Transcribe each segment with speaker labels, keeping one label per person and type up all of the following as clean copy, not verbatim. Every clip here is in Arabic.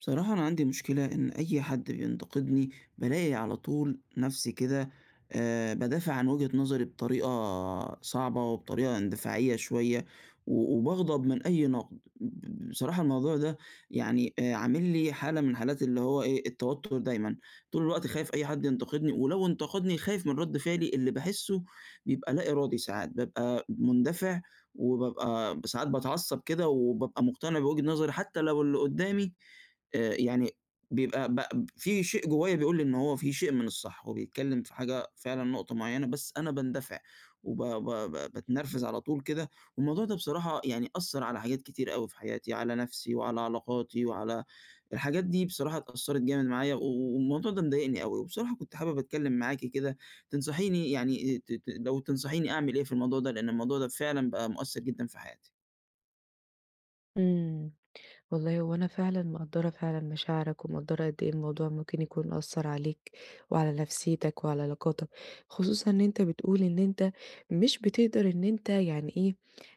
Speaker 1: بصراحة أنا عندي مشكلة إن أي حد بينتقدني، بالاقي على طول نفسي كده. بادافع عن وجهة نظري بطريقة صعبة وبطريقة اندفاعية شوية، و وباغضب من أي نقد. بصراحة الموضوع ده يعني عامل لي حالة من حالات اللي هو إيه، التوتر دايمًا، طول الوقت خايف أي حد ينتقدني، ولو انتقدني خايف من رد فعلي اللي باحسه بيبقى لا إرادي ساعات، بابقى مندفع وبابقى ساعات باتعصب كده وبابقى مقتنع بوجهة نظري حتى لو اللي قدامي يعني بيبقى ب في شيء جوايا بيقول لي إن هو في شيء من الصح، هو بيتكلّم في حاجة فعلًا نقطة معيّنة، بس أنا باندفع وب ب ب باتنرفز على طول كده، والموضوع ده بصراحة يعني أثّر على حاجات كتير أوي في حياتي، على نَفْسي وعلى علاقاتي وعلى الحاجات دي بصراحة اتأثّرت جامد معايا، والموضوع ده مضايقني أوي، وبصراحة كنت حابب أتكلّم معاكِ كده تنصحيني، يعني ت ت لو تنصحيني أعمل إيه في الموضوع ده، لإن الموضوع ده فعلًا بقى مؤثّر جدًا في حياتي.
Speaker 2: إمم. والله هو أنا فعلًا مقدّرة فعلًا مشاعرك، ومقدّرة قد إيه الموضوع ممكن يكون أثّر عليك وعلى نفسيتك وعلى علاقاتك، خصوصًا إن أنت بتقول إن أنت مش بتقدر إن أنت يعني إيه،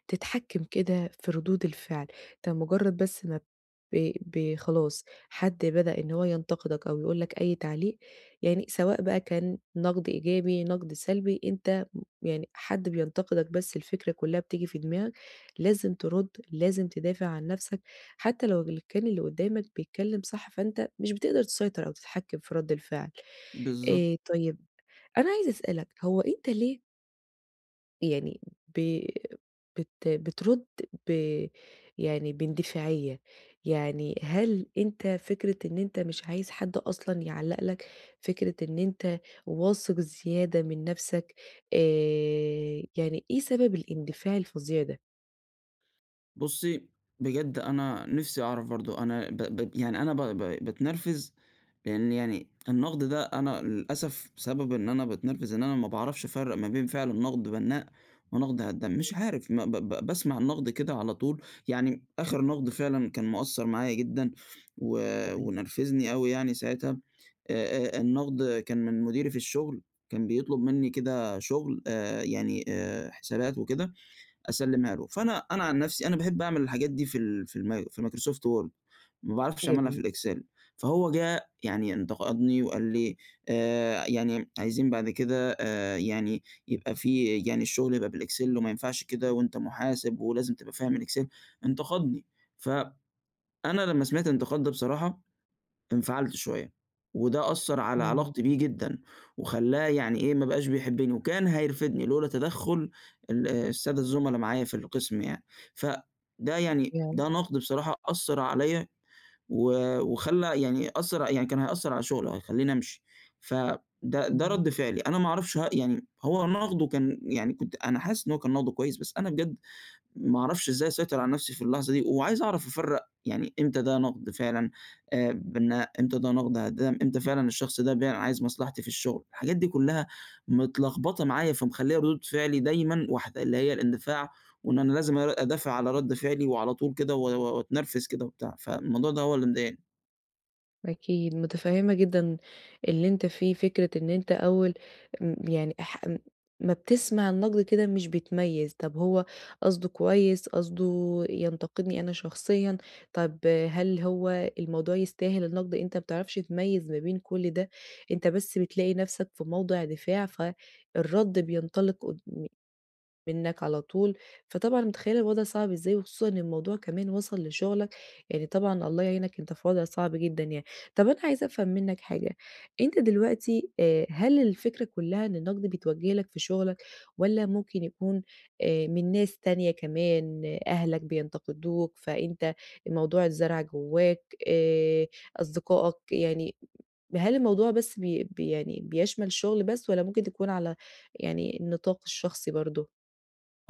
Speaker 2: تتحكّم كده في ردود الفعل، أنت مجرّد بس ما ب ب خلاص حد بدأ إن هو ينتقدك أو يقول لك أي تعليق، يعني سواء بقى كان نقد إيجابي، نقد سلبي، أنت يعني حد بينتقدك بس الفكرة كُلّها بتيجي في دماغك، لازم ترُد، لازم تدافع عن نفسك. حتى لو ال كان اللي قدّامك بيتكلّم صح، فأنت مش بتقدر تسيطر أو تتحكّم في رَد الفعل.
Speaker 1: بالضبط.
Speaker 2: طيب أنا عايزة أسألك، هو أنت ليه يعني ب بت بترُد ب يعني باندفاعية؟ يعني هل أنت فكرة إن أنت مش عايز حد أصلًا يعلّق لك، فكرة إن أنت واثق زيادة من نَفْسك، آآ يعني إيه سبب الاندفاع الفظيع ده؟
Speaker 1: بُصّي، بجد أنا نِفْسي أعرف برضه أنا ب ب باتنرفز، لإن يعني النقد ده أنا للأسف بسبب إن أنا باتنرفز إن أنا ما باعرفش أفرّق ما بين فعلًا نقد بنّاء ونقد هدّام، مش عارف ما ب ب باسمع النقد كده على طول. يعني آخر نقد فعلًا كان مأثّر معايا جدًا و
Speaker 2: تمام،
Speaker 1: ونرفزني أوي يعني ساعتها. النقد كان من مديري في الشغل، كان بيطلب منّي كده شغل، حسابات وكده أسلّمها له. فأنا، عن نفسي أنا باحب أعمل الحاجات دي في ال في الم في Microsoft Word، ما باعرفش أعملها
Speaker 2: جميل،
Speaker 1: في الExcel. فهو جه يعني انتقدني وقال لي: يعني عايزين بعد كده، يعني يبقى في يعني الشغل يبقى بالExcel وما ينفعش كده، وأنت محاسب ولازم تبقى فاهم الExcel." انتقدني، فأنا لمّا سمعت الانتقاد ده بصراحة انفعلت شوية، وده أثّر على علاقتي
Speaker 2: آه،
Speaker 1: بيه جدًا، وخلّاه يعني إيه ما بقاش بيحبني، وكان هيرفدني لولا تدخُّل آه، السادة الزملا معايا في القسم يعني. فده يعني
Speaker 2: ياه!
Speaker 1: ده نقد بصراحة أثّر عليَّ، و وخلّى يعني أثّر يعني كان هيأثّر على شغلي، هيخلّيني أمشي. فده ده
Speaker 2: إمم.
Speaker 1: رَد فعلي. أنا ما أعرفش، يعني هو نقده كان، يعني كنت أنا حاسس إن هو كان نقده كويس، بس أنا بجد ما أعرفش إزاي أسيطر على نفسي في اللحظة دي، وعايز أعرف أفرّق يعني إمتى ده نقد فعلًا، بإن إمتى ده نقد هدام، إمتى فعلًا الشخص ده عايز مصلحتي في الشغل. الحاجات دي كلّها متلخبطة معايا، فمخلّية ردود فعلي دايمًا واحدة، اللي هي الاندفاع، وإن أنا لازم أدافع على رد فعلي وعلى طول كده و وأتنرفز كده وبتاع. فالموضوع ده هو اللي مضايقني.
Speaker 2: أكيد، متفهّمة جدًا اللي أنت فيه، فكرة إن أنت أول يعني ما بتسمع النقد كده مش بتميّز، طب هو قصده كويس، قصده ينتقدني أنا شخصيًا، طب هل هو الموضوع يستاهل النقد؟ أنت ما بتعرفش تميّز ما بين كل ده، أنت بس بتلاقي نَفْسك في موضِع دفاع، فالرد بينطلق قد منّك على طول، فطبعًا متخيّلة الوضع صعب إزاي، وخصوصًا إن الموضوع كمان وصل لشغلك، يعني طبعًا الله يعينك أنت في وضع صعب جدًا يعني. طَب أنا عايزة أفهم منّك حاجة، أنت دلوقتي هل الفكرة كلّها إن النقد بيتوجه لك في شغلك والّا ممكن يكون من ناس تانية كمان، آه، أهلك بينتقدوك فأنت الموضوع اتزرع جوّاك، آآ أصدقائك، يعني هل الموضوع بس بي بي يعني بيشمل الشغل بس والّا ممكن تكون على يعني النطاق الشخصي برضه؟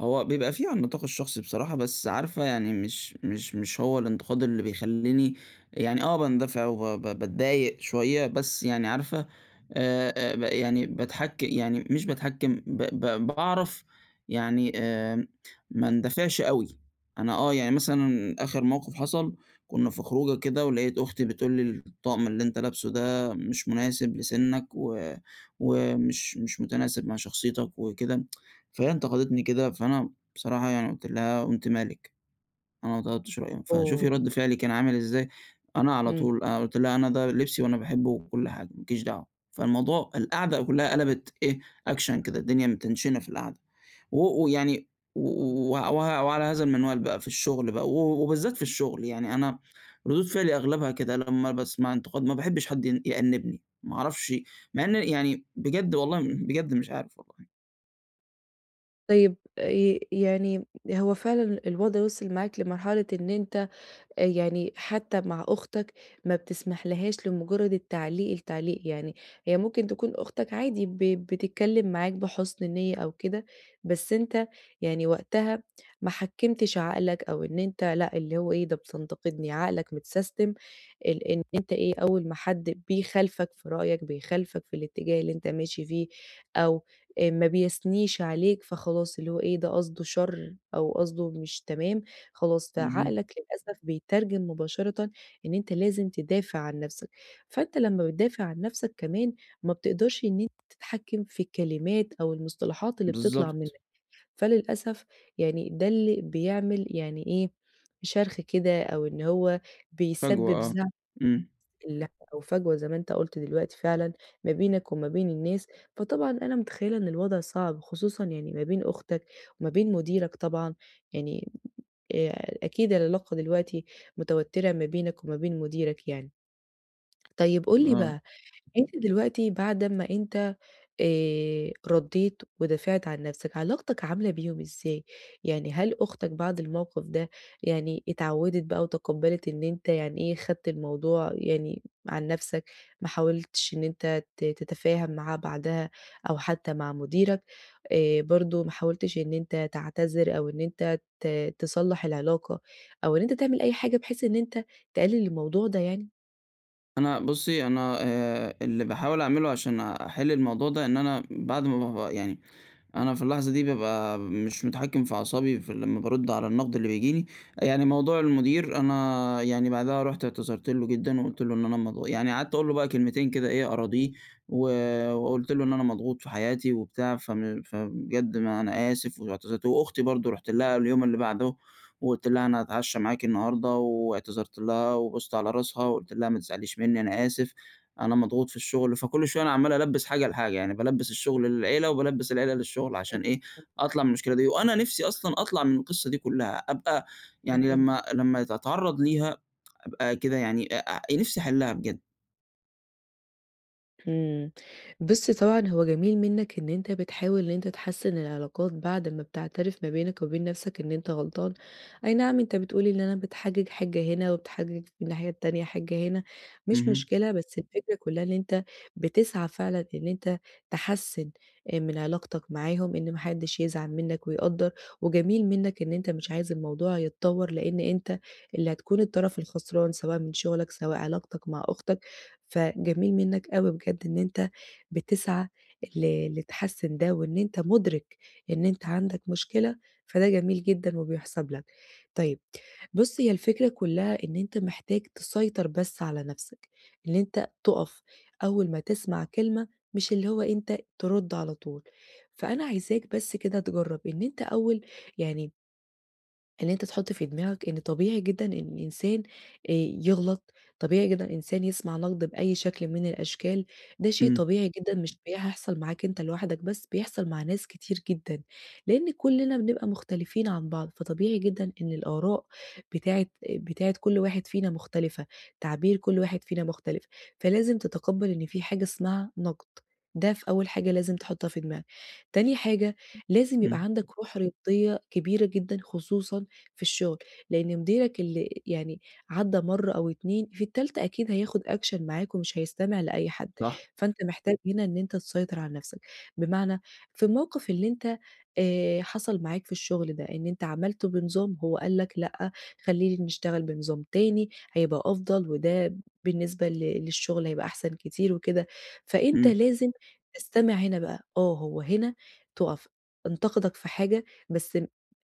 Speaker 1: هو بيبقى فيه على النطاق الشخصي بصراحة، بس عارفة يعني مش هو الانتقاد اللي بيخلّيني يعني آه باندفع وب ب باتضايق شوية، بس يعني عارفة ب يعني يعني مش باتحكّم، ب ب باعرف يعني ما اندفعش أوي. أنا آه، يعني مثلًا آخر موقف حصل، كنا في خروجة كده ولقيت أختي بتقول لي: "الطقم اللي أنت لابسه ده مش مناسب لسِنّك ومش مش متناسب مع شخصيتك وكده." فهي انتقدتني كده، فأنا بصراحة يعني قُلت لها: "قُمت مالِك، أنا ما طلبتش رأيهم." فشوفي
Speaker 2: أوه!
Speaker 1: رد فعلي كان عامل إزاي. أنا على
Speaker 2: إمم.
Speaker 1: طول أنا قُلت لها: "أنا ده لبسي وأنا باحبه وكل حاجة، ما لكيش دعوة." فالموضوع القعدة كلّها قلبت إيه، أكشن كده، الدنيا متنشنة في القعدة. و ويعني و و وه وعلى هذا المنوال بقى في الشغل بقى، و وبالذات في الشغل. يعني أنا ردود فعلي أغلبها كده لمّا باسمع انتقاد، ما باحبش حد يأنِّبني، ما أعرفش مع إن يعني بجد والله بجد مش عارف والله.
Speaker 2: طيب ي يعني هو فعلًا الوضع وصل معاك لمرحلة إن أنت يعني حتى مع أختك ما بتسمحلهاش لمجرد التعليق، يعني هي ممكن تكون أختك عادي بتتكلم معاك بحُسن نية أو كده، بس أنت يعني وقتها ما حكّمتش عقلك أو إن أنت لأ، اللي هو إيه ده بتنتقدني، عقلك متسيستم ال إن أنت إيه، أول ما حد بيخالفك في رأيك، بيخالفك في الاتجاه اللي أنت ماشي فيه أو ما بيثنيش عليك، فخلاص اللي هو إيه ده قصده شر أو قصده مش تمام. خلاص،
Speaker 1: اهم.
Speaker 2: فعقلك للأسف بيترجم مباشرةً إن أنت لازم تدافع عن نَفْسك، فأنت لمّا بتدافع عن نَفْسك كمان ما بتقدرش إن أنت تتحكم في الكلمات أو المصطلحات اللي بتطلع
Speaker 1: بالضبط.
Speaker 2: منك، فللأسف يعني ده اللي بيعمل يعني إيه، شرخ كده أو إن هو
Speaker 1: فجوة
Speaker 2: بيسبب
Speaker 1: آه.
Speaker 2: زعل
Speaker 1: إمم.
Speaker 2: لهجة أو فجوة زي ما أنت قُلت دلوقتي فعلًا ما بينك وما بين الناس، فطبعًا أنا متخيّلة إن الوضع صعب، خصوصًا يعني ما بين أختك وما بين مديرك طبعًا، يعني أكيد العلاقة دلوقتي متوتّرة ما بينك وما بين مديرك يعني. طيب قُل لي
Speaker 1: آه.
Speaker 2: بقى أنت دلوقتي بعد أمّا أنت ردّيت ودافعت عن نَفْسك، علاقتك عاملة بيهم إزاي؟ يعني هل أختك بعد الموقف ده يعني اتعوّدت بقى وتقبّلت إن أنت يعني إيه، خدت الموضوع يعني عن نَفْسك، ما حاولتش إن أنت تتفاهم معاه بعدها أو حتّى مع مديرك، برضه ما حاولتش إن أنت تعتذر أو إن أنت تصلّح العلاقة أو إن أنت تعمل أي حاجة بحيث إن أنت تقلِّل الموضوع ده يعني؟
Speaker 1: أنا بُصّي، أنا اللي باحاول أعمله عشان أحِل الموضوع ده إن أنا بعد ما ب يعني أنا في اللحظة دي بابقى مش متحكم في أعصابي لمّا بارُد على النقد اللي بييجي لي. يعني موضوع المدير، أنا يعني بعدها رُحت اعتذرت له جدًا وقُلت له إن أنا يعني قعدت أقول له بقى كلمتين كده إيه أراضيه، و وقُلت له إن أنا مضغوط في حياتي وبتاع، فبجد ما أنا آسف واعتذرت. وأختي برضه رُحت لها اليوم اللي بعده وقُلت لها أنا هاتعشى معاكِ النهارده، واعتذرت لها وبُصّت على راسها وقُلت لها ما تزعليش منّي، أنا آسف. أنا مضغوط في الشغل، فكل شوية أنا عمّال ألبّس حاجة لحاجة، يعني بالبّس الشغل للعيلة، وبالبّس العيلة للشغل، عشان إيه، أطلع من المشكلة دي. وأنا نِفْسي أصلًا أطلع من القصة دي كلّها، أبقى يعني لمّا أتعرّض ليها أبقى كده يعني أ أ نِفْسي أحلّها بجد.
Speaker 2: إمم. بُص طبعًا هو جميل منّك إن أنت بتحاول إن أنت تحسّن العلاقات بعد ما بتعترف ما بينك وبين نَفْسك إن أنت غلطان، أي نعم أنت بتقول إن أنا بتحجّج حاجة هنا وبتحجّج في الناحية التانية حاجة هنا، مش
Speaker 1: اهم.
Speaker 2: مشكلة، بس الفكرة كُلّها إن أنت بتسعى فعلًا إن أنت تحسّن من علاقتك معاهم، إن ما حدّش يزعل منّك ويقدّر، وجميل منّك إن أنت مش عايز الموضوع يتطوّر لإن أنت اللي هتكون الطرف الخسران سواء من شُغلك، سواء علاقتك مع أختك، فجميل منّك أوي بجد إن أنت بتسعى لتحسّن ده، وإن أنت مُدرِك إن أنت عندك مشكلة، فده جميل جدًا وبيُحسَب لك. طيب بُص، هي الفكرة كُلّها إن أنت محتاج تسيطر بس على نَفْسك، إن أنت تُقف أول ما تسمع كلمة، مش اللي هو أنت ترُد على طول. فأنا عايزاك بس كده تجرّب إن أنت أول يعني إن أنت تحُط في دماغك إن طبيعي جدًا إن الإنسان آآ يغلط، طبيعي جدًا الإنسان يسمع نقد بأي شكل من الأشكال، ده شيء
Speaker 1: إمم.
Speaker 2: طبيعي جدًا مش بيحصل معاك أنت لوحدك بس، بيحصل مع ناس كتير جدًا، لإن كُلّنا بنبقى مختلفين عن بعض، فطبيعي جدًا إن الآراء بتاعة كل واحد فينا مختلفة، تعبير كل واحد فينا مختلف، فلازم تتقبّل إن في حاجة اسمها نقد، ده في أول حاجة لازم تحُطّها في دماغك. تاني حاجة لازم يبقى
Speaker 1: إمم.
Speaker 2: عندك روح رياضية كبيرة جدًا خصوصًا في الشغل، لإن مديرك اللي يعني عدّى مرّة أو 2 في التالتة أكيد هياخد action معاك ومش هيستمع لأي حد،
Speaker 1: صح.
Speaker 2: فأنت محتاج هنا إن أنت تسيطر على نَفْسك، بمعنى في الموقف اللي أنت حصل معاك في الشغل ده، إن أنت عملته بنظام هو قال لك لأ، خلّينا نشتغل بنظام تاني هيبقى أفضل وده بالنسبة للشغل هيبقى أحسن كتير وكده، فأنت
Speaker 1: إمم.
Speaker 2: لازم تستمع هنا بقى، آه هو هنا تُقف، انتقدك في حاجة بس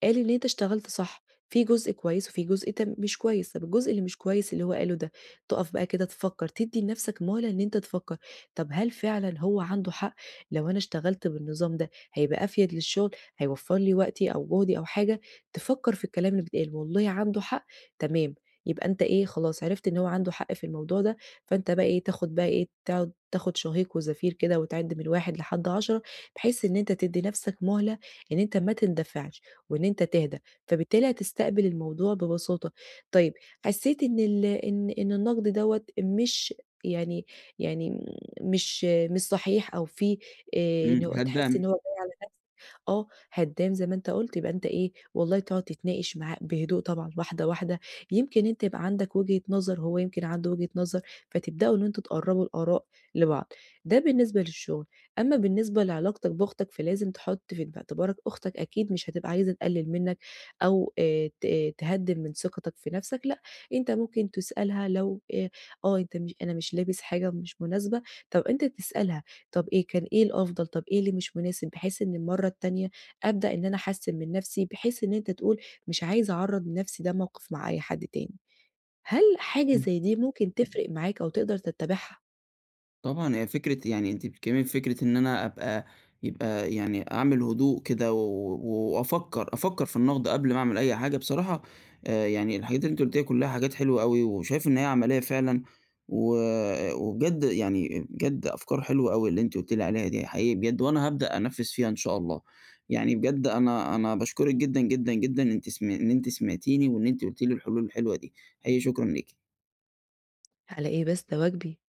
Speaker 2: قال إن أنت اشتغلت صح. في جزء كويس وفي جزء مش كويس، طب الجزء اللي مش كويس اللي هو قاله ده، تُقف بقى كده تفكّر، تدّي لنَفْسك مهلة إن أنت تفكّر، طب هل فعلًا هو عنده حق؟ لو أنا اشتغلت بالنظام ده هيبقى أفيد للشغل، هيوفّر لي وقتي أو جهدي أو حاجة، تفكّر في الكلام اللي بيتقال، والله عنده حق، تمام، يبقى أنت إيه، خلاص عرفت إن هو عنده حق في الموضوع ده، فأنت بقى إيه، تاخد بقى إيه، تقعد تاخد شهيق وزفير كده وتعِد من 1 لحد 10 بحيث إن أنت تدّي نَفْسك مهلة إن أنت ما تندفعش وإن أنت تهدى، فبالتالي هتستقبل الموضوع ببساطة. طيب حسيت إن ال إن إن النقد دوّة مش يعني يعني م مش مش صحيح أو فيه إن
Speaker 1: إمم.
Speaker 2: هو تحس إن
Speaker 1: هتضايق.
Speaker 2: هو جاي على نفسك آه، هدّام زي ما أنت قُلت، يبقى أنت إيه، والله تقعد تتناقش معاه بهدوء طبعًا واحدة، واحدة، يمكن أنت يبقى عندك وجهة نظر، هو يمكن عنده وجهة نظر، فتبدأوا إن أنتم تقرّبوا الآراء لبعض. ده بالنسبة للشغل. أمّا بالنسبة لعلاقتك بأختك، فلازم تحُط في اعتبارك أختك أكيد مش هتبقى عايزة تقلِّل منّك أو ت آه، تهدِّم من ثقتك في نَفْسك، لأ، أنت ممكن تسألها لو أنت مش أنا مش لابس حاجة مش مناسبة، طَب أنت تسألها طَب إيه كان إيه الأفضل، طَب إيه اللي مش مناسب، بحيث إن المرّة التانية أبدأ إن أنا أحسِّن من نَفْسي، بحيث إن أنت تقول مش عايزة أعرّض نَفْسي ده موقف مع أي حد تاني. هل حاجة
Speaker 1: م
Speaker 2: زي دي ممكن تفرق معاك أو تقدر تتّبعها؟
Speaker 1: طبعًا هي فكرة، يعني أنتِ بتتكلمي في فكرة إن أنا أبقى، يبقى يعني أعمل هدوء كده وأفكّر، أفكّر في النقد قبل ما أعمل أي حاجة بصراحة. يعني الحاجات اللي أنتِ قُلتيها كلّها حاجات حلوة أوي، وشايف إن هي عملية فعلًا، و وبجد يعني بجد أفكار حلوة أوي اللي أنتِ قُلتِ لي عليها دي حقيقي بجد، وأنا هابدأ أنفّذ فيها إن شاء الله. يعني بجد، أنا باشكرِك جدًا، جدًا، جدًا. أنتِ سم إن أنتِ سمعتيني وإن أنتِ قُلتِ لي الحلول الحلوة دي. حقيقي شكرًا ليكِ.
Speaker 2: على إيه بس، ده واجبي.